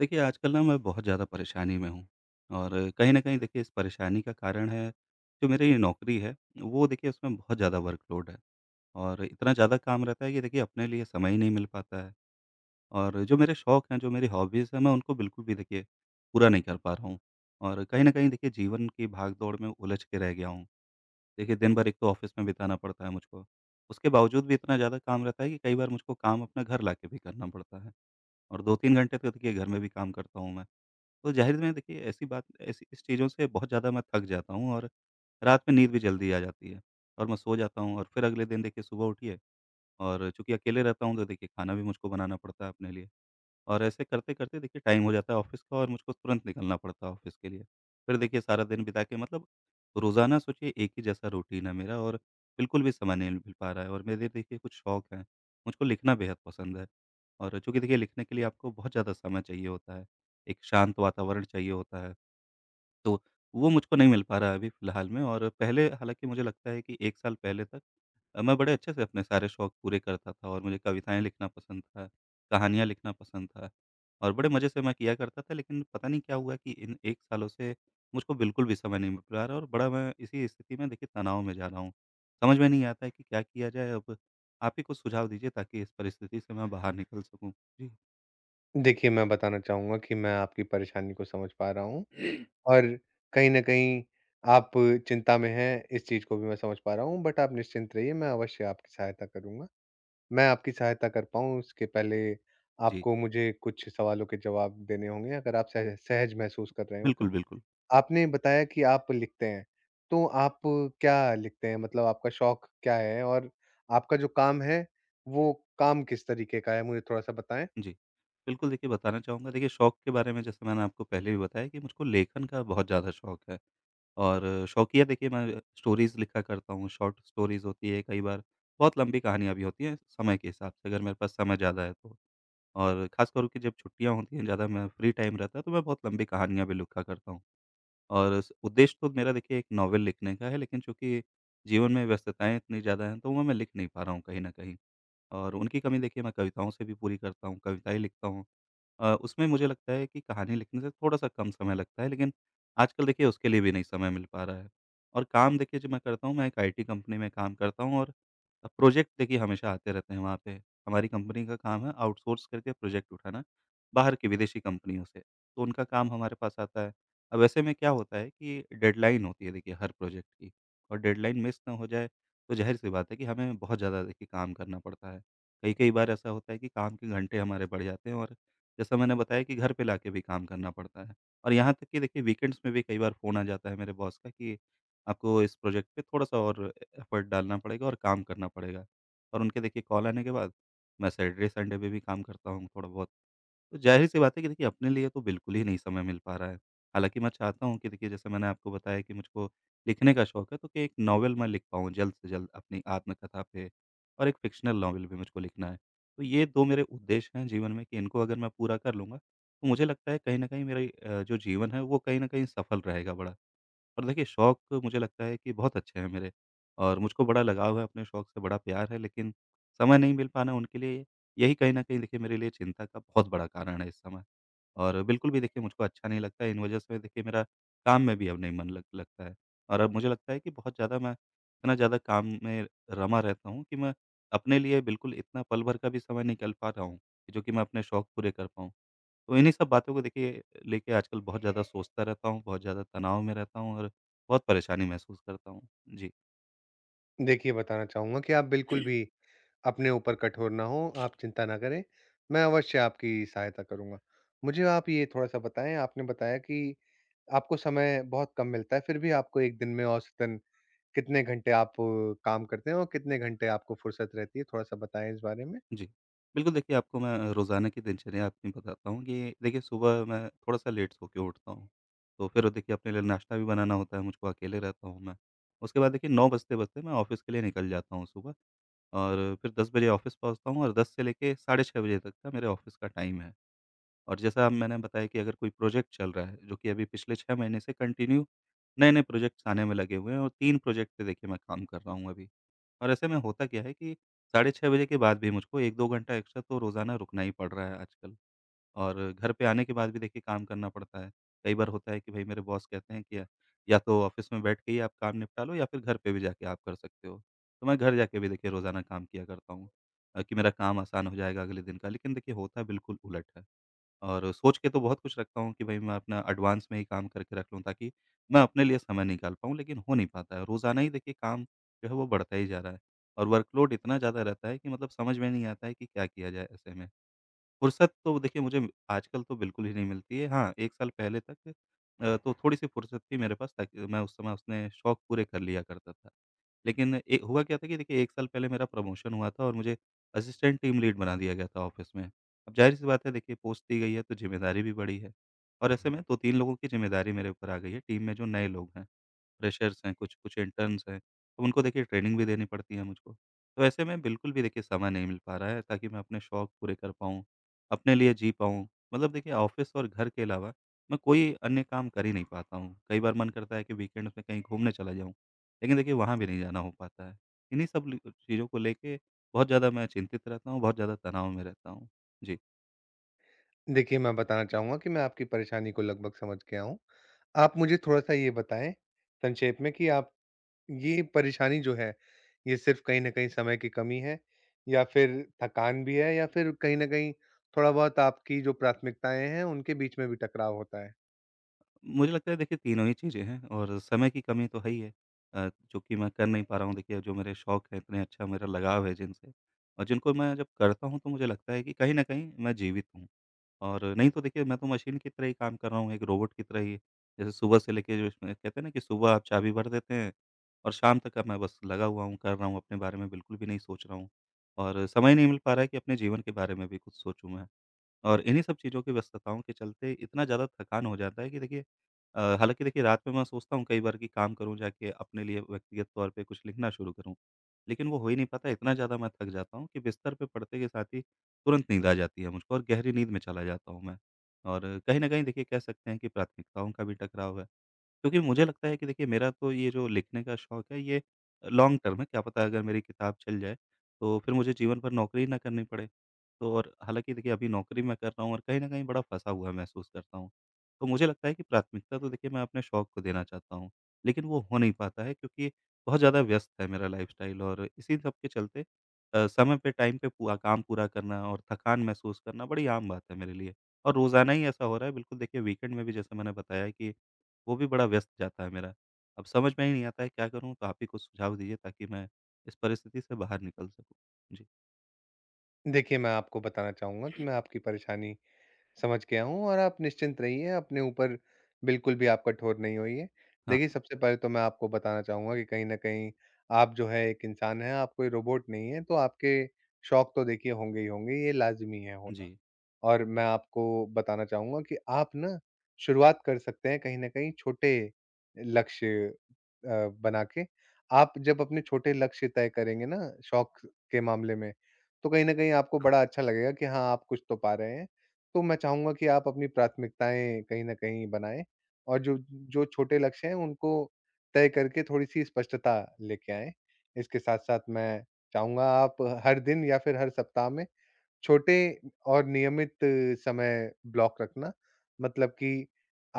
देखिए, आजकल ना मैं बहुत ज़्यादा परेशानी में हूँ और कहीं न कहीं देखिए इस परेशानी का कारण है, जो मेरी ये नौकरी है, वो देखिए उसमें बहुत ज़्यादा वर्कलोड है और इतना ज़्यादा काम रहता है कि देखिए अपने लिए समय ही नहीं मिल पाता है। और जो मेरे शौक हैं, जो मेरी हॉबीज़ हैं, मैं उनको बिल्कुल भी देखिए पूरा नहीं कर पा रहा हूँ और कहीं न कहीं देखिए जीवन की भाग-दौड़ में उलझ के रह गया हूँ। देखिए, दिन भर एक तो ऑफ़िस में बिताना पड़ता है मुझको, उसके बावजूद भी इतना ज़्यादा काम रहता है कि कई बार मुझको काम अपना घर लाके भी करना पड़ता है और 2-3 घंटे तो देखिए घर में भी काम करता हूँ मैं। तो ज़ाहिर में देखिए ऐसी बात ऐसी इस चीज़ों से बहुत ज़्यादा मैं थक जाता हूँ और रात में नींद भी जल्दी आ जाती है और मैं सो जाता हूँ और फिर अगले दिन देखिए सुबह उठिए, और चूँकि अकेले रहता हूँ तो देखिए खाना भी मुझको बनाना पड़ता है अपने लिए। और ऐसे करते-करते देखिए टाइम हो जाता है ऑफ़िस का और मुझको तुरंत निकलना पड़ता है ऑफ़िस के लिए। फिर देखिए सारा दिन बिता के मतलब रोज़ाना सोचिए एक ही जैसा रूटीन है मेरा और बिल्कुल भी समय नहीं मिल पा रहा है, और मेरे देखिए कुछ शौक हैं। मुझको लिखना बेहद पसंद है और चूँकि देखिए लिखने के लिए आपको बहुत ज़्यादा समय चाहिए होता है, एक शांत वातावरण चाहिए होता है। तो वो मुझको नहीं मिल पा रहा है अभी फ़िलहाल में, और पहले हालाँकि मुझे लगता है कि 1 साल पहले तक मैं बड़े अच्छे से अपने सारे शौक पूरे करता था और मुझे कविताएँ लिखना पसंद था, कहानियाँ लिखना पसंद था और बड़े मज़े से मैं किया करता था, लेकिन पता नहीं क्या हुआ कि इन 1 सालों से मुझको बिल्कुल भी समय नहीं मिल पा रहा और बड़ा मैं इसी स्थिति में देखिए तनाव में जा रहा हूँ। समझ में नहीं आता है कि क्या किया जाए अब? आप ही कुछ सुझाव दीजिए ताकि इस परिस्थिति से मैं बाहर निकल सकूँ। जी। देखिए, मैं बताना चाहूँगा कि मैं आपकी परेशानी को समझ पा रहा हूँ और कहीं न कहीं आप चिंता में हैं, इस चीज़ को भी मैं समझ पा रहा हूँ, बट आप निश्चिंत रहिए, मैं अवश्य आपकी सहायता करूँगा। मैं आपकी सहायता कर पाऊँ, उसके पहले जी। आपको मुझे कुछ सवालों के जवाब देने होंगे, अगर आप सह सहज महसूस कर रहे हों तो। बिल्कुल, बिल्कुल। आपने बताया कि आप लिखते हैं, तो आप क्या लिखते हैं? मतलब आपका शौक क्या है और आपका जो काम है, वो काम किस तरीके का है? मुझे थोड़ा-सा बताएँ। जी, बिल्कुल देखिए बताना चाहूँगा, देखिए शौक के बारे में जैसे मैंने आपको पहले भी बताया कि मुझको लेखन का बहुत ज़्यादा शौक है। और शौकिया देखिए मैं स्टोरीज़ लिखा करता हूँ, शॉर्ट स्टोरीज़ होती है कई बार, बहुत लंबी कहानियाँ भी होती हैं समय के हिसाब से, अगर मेरे पास समय ज़्यादा है तो। और ख़ास तौर पे जब छुट्टियाँ होती हैं, ज़्यादा मैं फ्री टाइम रहता है तो मैं बहुत लंबी कहानियाँ भी लिखा करता हूँ। और स उद्देश्य तो मेरा देखिए एक नॉवल लिखने का है, लेकिन चूँकि जीवन में व्यस्तताएँ इतनी ज़्यादा हैं, तो वो मैं लिख नहीं पा रहा हूँ कहीं न कहीं। और उनकी कमी देखिए मैं कविताओं से भी पूरी करता हूँ, कविताएँ लिखता हूँ। उसमें मुझे लगता है कि कहानी लिखने से थोड़ा-सा कम समय लगता है, लेकिन आजकल देखिए उसके लिए भी नहीं समय मिल पा रहा है। और काम देखिए जो मैं करता हूँ, मैं एक आईटी कंपनी में काम करता हूँ और प्रोजेक्ट देखिए हमेशा आते रहते हैं वहाँ पे। हमारी कंपनी का काम है आउटसोर्स करके प्रोजेक्ट उठाना, बाहर की विदेशी कंपनियों से। तो उनका काम हमारे पास आता है। अब ऐसे में क्या होता है कि डेडलाइन होती है देखिए हर प्रोजेक्ट की, और डेडलाइन मिस ना हो जाए तो ज़ाहिर-सी बात है कि हमें बहुत ज़्यादा देखिए काम करना पड़ता है। कई-कई बार ऐसा होता है कि काम के घंटे हमारे बढ़ जाते हैं, और जैसा मैंने बताया कि घर पे लाके भी काम करना पड़ता है, और यहाँ तक कि देखिए वीकेंड्स में भी कई बार फ़ोन आ जाता है मेरे बॉस का कि आपको इस प्रोजेक्ट पे थोड़ा-सा और एफर्ट डालना पड़ेगा और काम करना पड़ेगा, और उनके देखिए कॉल आने के बाद मैं सैटरडे, संडे पे भी काम करता हूँ थोड़ा बहुत। तो ज़ाहिर-सी बात है कि देखिए अपने लिए तो बिल्कुल ही नहीं समय मिल पा रहा है। हालाँकि मैं चाहता हूँ कि देखिए, जैसे मैंने आपको बताया कि मुझको लिखने का शौक है, तो कि एक नॉवल मैं लिख पाऊँ जल्द से जल्द अपनी आत्मकथा पे, और एक फ़िक्शनल नॉवल भी मुझको लिखना है। तो ये 2 मेरे उद्देश्य हैं जीवन में कि इनको अगर मैं पूरा कर लूँगा, तो मुझे लगता है कहीं न कहीं मेरा जो जीवन है वो कहीं न कहीं सफल रहेगा बड़ा। और देखिए शौक मुझे लगता है कि बहुत अच्छे हैं मेरे, और मुझको बड़ा लगाव है अपने शौक से, बड़ा प्यार है, लेकिन समय नहीं मिल पाना उनके लिए यही कहीं न कहीं देखिए मेरे लिए चिंता का बहुत बड़ा कारण है इस समय। और बिल्कुल भी देखिए मुझको अच्छा नहीं लगता है, इन वजह से देखिए मेरा काम में भी अब नहीं मन लग लगता है। और अब मुझे लगता है कि बहुत ज़्यादा मैं, इतना ज़्यादा काम में रमा रहता हूँ कि मैं अपने लिए बिल्कुल इतना पल भर का भी समय निकाल पा रहा हूँ, कि जो कि मैं अपने शौक पूरे कर पाऊँ। तो इन्हीं सब बातों को देखिए लेके आजकल बहुत ज़्यादा सोचता रहता हूँ, बहुत ज़्यादा तनाव में रहता हूँ और बहुत परेशानी महसूस करता हूँ। जी, देखिए, बताना चाहूँगा कि आप बिल्कुल भी अपने ऊपर कठोर ना हों, आप चिंता ना करें, मैं अवश्य आपकी सहायता करूँगा। मुझे आप ये थोड़ा-सा बताएँ, आपने बताया कि आपको समय बहुत कम मिलता है, फिर भी आपको 1 दिन में औसतन कितने घंटे आप काम करते हैं और कितने घंटे आपको फुर्सत रहती है, थोड़ा-सा बताएँ इस बारे में? जी। बिल्कुल देखिए आपको मैं रोज़ाना की दिनचर्या अपनी बताता हूँ कि देखिए सुबह मैं थोड़ा-सा लेट सो के उठता हूँ। तो फिर देखिए अपने लिए नाश्ता भी बनाना होता है मुझको, अकेले रहता हूँ मैं। उसके बाद देखिए 9 बजते-बजते मैं ऑफ़िस के लिए निकल जाता हूँ सुबह, और फिर 10 बजे ऑफ़िस पहुँचता हूँ, और 10 से लेके साढ़े 6 बजे तक का मेरे ऑफ़िस का टाइम है। और जैसा अब, जी, मैंने बताया कि अगर कोई प्रोजेक्ट चल रहा है, जो कि अभी पिछले 6 महीने से कंटिन्यू नए-नए प्रोजेक्ट्स आने में लगे हुए हैं, और 3 प्रोजेक्ट पे देखिए मैं काम कर रहा हूँ अभी। और ऐसे में होता क्या है कि साढ़े 6 बजे के बाद भी मुझको 1-2 घंटा एक्स्ट्रा तो रोज़ाना रुकना ही पड़ रहा है आजकल, और घर पे आने के बाद भी देखिए काम करना पड़ता है। कई बार होता है कि भई मेरे बॉस कहते हैं कि या तो ऑफ़िस में बैठ के ही आप काम निपटा लो, या फिर घर पे भी जाके आप कर सकते हो। तो मैं घर जाके भी देखिए रोज़ाना काम किया करता हूँ कि मेरा काम आसान हो जाएगा अगले दिन का, लेकिन देखिए होता बिल्कुल उलट है। और सोच के तो बहुत कुछ रखता हूँ कि भई मैं अपना एडवांस में ही काम करके रख लूँ ताकि मैं अपने लिए समय निकाल पाऊँ, लेकिन हो नहीं पाता है। रोज़ाना ही देखिए काम जो है वो बढ़ता ही जा रहा है, और वर्कलोड इतना ज़्यादा रहता है कि मतलब समझ में नहीं आता है कि क्या किया जाए ऐसे में। फुर्सत तो देखिए मुझे आजकल तो बिल्कुल ही नहीं मिलती है। हाँ, 1 साल पहले तक तो थोड़ी-सी फुर्सत थी मेरे पास, ताकि मैं उस समय उसने शौक पूरे कर लिया करता था। लेकिन ए हुआ क्या था कि देखिए 1 साल पहले मेरा प्रमोशन हुआ था और मुझे असिस्टेंट टीम लीड बना दिया गया था ऑफ़िस में। अब ज़ाहिर-सी बात है देखिए, पोस्ट दी गई है तो ज़िम्मेदारी भी बढ़ी है, और ऐसे में 2-3 लोगों की ज़िम्मेदारी मेरे ऊपर आ गई है, टीम में जो नए लोग हैं। फ्रेशर्स हैं, कुछ कुछ इंटर्न्स हैं, तो उनको देखिए ट्रेनिंग भी देनी पड़ती है मुझको। तो ऐसे में बिल्कुल भी देखिए समय नहीं मिल पा रहा है ताकि मैं अपने शौक पूरे कर पाऊँ, अपने लिए जी पाऊँ। मतलब देखिए ऑफ़िस और घर के अलावा मैं कोई अन्य काम कर ही नहीं पाता हूँ। कई बार मन करता है कि वीकेंड्स में कहीं घूमने चला जाऊँ, लेकिन देखिए वहाँ भी नहीं जाना हो पाता है। इन्हीं सब लि चीज़ों को लेके बहुत ज़्यादा मैं चिंतित रहता हूँ, बहुत ज़्यादा तनाव में रहता हूँ। जी। देखिए, मैं बताना चाहूँगा कि मैं आपकी परेशानी को लगभग समझ गया हूँ। आप मुझे थोड़ा-सा ये बताएँ, संक्षेप में कि आप ये परेशानी जो है, ये सिर्फ़ कहीं न कहीं समय की कमी है, या फिर थकान भी है, या फिर कहीं न कहीं थोड़ा-बहुत आपकी जो प्राथमिकताएँ हैं, उनके बीच में भी टकराव होता है? मुझे लगता है देखिए तीनों ही चीज़ें हैं, और समय की कमी तो है ही है। जो कि मैं कर नहीं पा रहा हूँ देखिए, जो मेरे शौक हैं इतने अच्छा मेरा लगाव है जिनसे, और जिनको मैं जब करता हूँ तो मुझे लगता है कि कहीं न कहीं मैं जीवित हूँ, और नहीं तो देखिए मैं तो मशीन की तरह ही काम कर रहा हूँ, एक रोबोट की तरह ही। जैसे सुबह से लेके जो इसमें कहते हैं ना कि सुबह आप चाबी भर देते हैं और शाम तक अब मैं बस लगा हुआ हूँ, कर रहा हूँ, अपने बारे में बिल्कुल भी नहीं सोच रहा हूँ, और समय नहीं मिल पा रहा है कि अपने जीवन के बारे में भी कुछ सोचूँ मैं। और इन्हीं सब चीज़ों की व्यस्तताओं के चलते इतना ज़्यादा थकान हो जाता है कि देखिए, हालाँकि देखिए रात में मैं सोचता हूँ कई बार कि काम करूँ जाके अपने लिए व्यक्तिगत तौर पे कुछ लिखना शुरू करूँ। लेकिन वो हो ही नहीं पाता, इतना ज़्यादा मैं थक जाता हूँ कि बिस्तर पे पड़ते के साथ ही तुरंत नींद आ जाती है मुझको, और गहरी नींद में चला जाता हूँ मैं। और कहीं न कहीं देखिए कह सकते हैं कि प्राथमिकताओं का भी टकराव है। क्योंकि मुझे लगता है कि देखिए मेरा तो ये जो लिखने का शौक है ये लॉन्ग टर्म है, क्या पता अगर मेरी किताब चल जाए तो फिर मुझे जीवन भर नौकरी ही ना करनी पड़े। तो और हालाँकि देखिए अभी नौकरी मैं कर रहा हूँ, और कहीं न कहीं बड़ा फँसा हुआ महसूस करता हूँ। तो मुझे लगता है कि प्राथमिकता तो देखिए मैं अपने शौक को देना चाहता हूँ, लेकिन वो हो नहीं पाता है क्योंकि बहुत ज़्यादा व्यस्त है मेरा लाइफ़स्टाइल, और इसी सब के चलते समय पे टाइम पे पूरा काम पूरा करना और थकान महसूस करना बड़ी आम बात है मेरे लिए, और रोज़ाना ही ऐसा हो रहा है। बिल्कुल देखिए वीकेंड में भी, जैसे मैंने बताया है कि वो भी बड़ा व्यस्त जाता है मेरा। अब समझ में ही नहीं आता है क्या करूँ? तो आप ही कुछ सुझाव दीजिए ताकि मैं इस परिस्थिति से बाहर निकल सकूँ। जी। देखिए, मैं आपको बताना चाहूँगा कि मैं आपकी परेशानी समझ गया हूँ और आप निश्चिंत रहिए, अपने ऊपर बिल्कुल भी आप कठोर नहीं होइए। हाँ, देखिए, हाँ। सबसे पहले तो मैं आपको बताना चाहूँगा कि कहीं न कहीं आप जो है एक इंसान हैं, आप कोई रोबोट नहीं हैं, तो आपके शौक तो देखिए होंगे ही होंगे, ये लाज़मी है होना। जी। और मैं आपको बताना चाहूँगा कि आप ना शुरुआत कर सकते हैं, कहीं न कहीं छोटे लक्ष्य बना के। आप जब अपने छोटे लक्ष्य तय करेंगे ना, शौक के मामले में, तो कहीं न कहीं आपको बड़ा अच्छा लगेगा कि हाँ, आप कुछ तो पा रहे हैं। तो मैं चाहूँगा कि आप अपनी प्राथमिकताएँ कहीं न कहीं बनाएँ और जो जो छोटे लक्ष्य हैं, उनको तय करके थोड़ी-सी स्पष्टता लेके आएँ। इसके साथ-साथ मैं चाहूँगा आप हर दिन या फिर हर सप्ताह में छोटे और नियमित समय ब्लॉक रखना, मतलब कि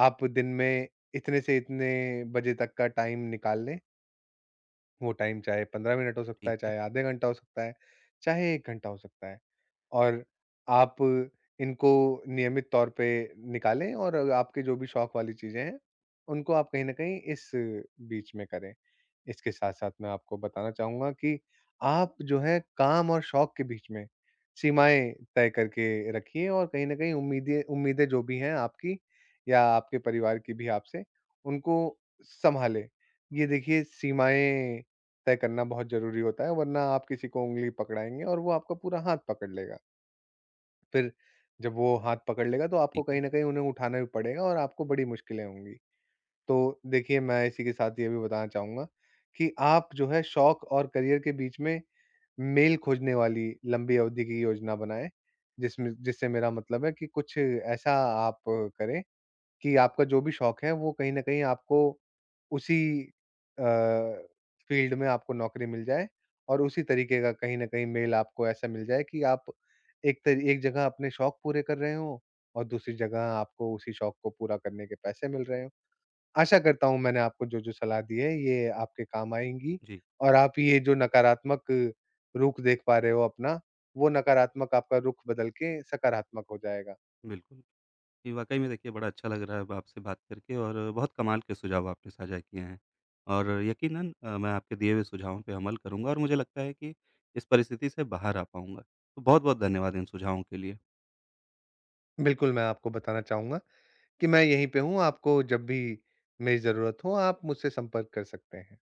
आप दिन में इतने से इतने बजे तक का टाइम निकाल लें। वो टाइम चाहे 15 मिनट हो सकता ठीक है, है, चाहे आधे घंटा हो सकता है, चाहे 1 घंटा हो सकता है। और आप इनको नियमित तौर पे निकालें और आपके जो भी शौक वाली चीज़ें हैं, उनको आप कहीं न कहीं इस बीच में करें। इसके साथ-साथ मैं आपको बताना चाहूँगा कि आप जो है, काम और शौक के बीच में सीमाएँ तय करके रखिए और कहीं न कहीं उम्मीदें उम्मीदें जो भी हैं आपकी या आपके परिवार की भी आपसे, उनको सँभालें। ये देखिए सीमाएँ तय करना बहुत ज़रूरी होता है, वरना आप किसी को उँगली पकड़ाएँगे और वो आपका पूरा हाथ पकड़ लेगा। फिर जब वो हाथ पकड़ लेगा, तो आपको ठीक है। कहीं न कहीं उन्हें उठाना भी पड़ेगा और आपको बड़ी मुश्किलें होंगी। तो देखिए, मैं इसी के साथ ये भी बताना चाहूँगा कि आप जो है, शौक और करियर के बीच में मेल खोजने वाली लंबी अवधि की योजना बनाएँ, जिसमें जिससे मेरा मतलब है कि कुछ ऐसा आप करें कि आपका जो भी शौक है, वो कहीं न कहीं आपको उसी अ, फ़ील्ड में आपको नौकरी मिल जाए। और उसी तरीके का कहीं न कहीं मेल आपको ऐसा मिल जाए कि आप एक जगह अपने शौक पूरे कर रहे हों और दूसरी जगह आपको उसी शौक को पूरा करने के पैसे मिल रहे हों। आशा करता हूँ मैंने आपको जो-जो सलाह दी है, ये आपके काम आएँगी जी, और आप ये जो नकारात्मक रुख देख पा रहे हो अपना, वो नकारात्मक आपका रुख बदल के सकारात्मक हो जाएगा। बिल्कुल। ये वाक़ई में देखिए बड़ा अच्छा लग रहा है अब आपसे बात करके, और बहुत कमाल के सुझाव आपने साझा किए हैं। और यकीनन मैं आपके दिए हुए सुझावों पे अमल करूँगा, और मुझे लगता है कि इस परिस्थिति से बाहर आ पाऊँगा। तो बहुत-बहुत धन्यवाद इन सुझावों के लिए। बिल्कुल, मैं आपको बताना चाहूँगा कि मैं यहीं पे हूँ, आपको जब भी मेरी ज़रूरत हो, आप मुझसे संपर्क कर सकते हैं।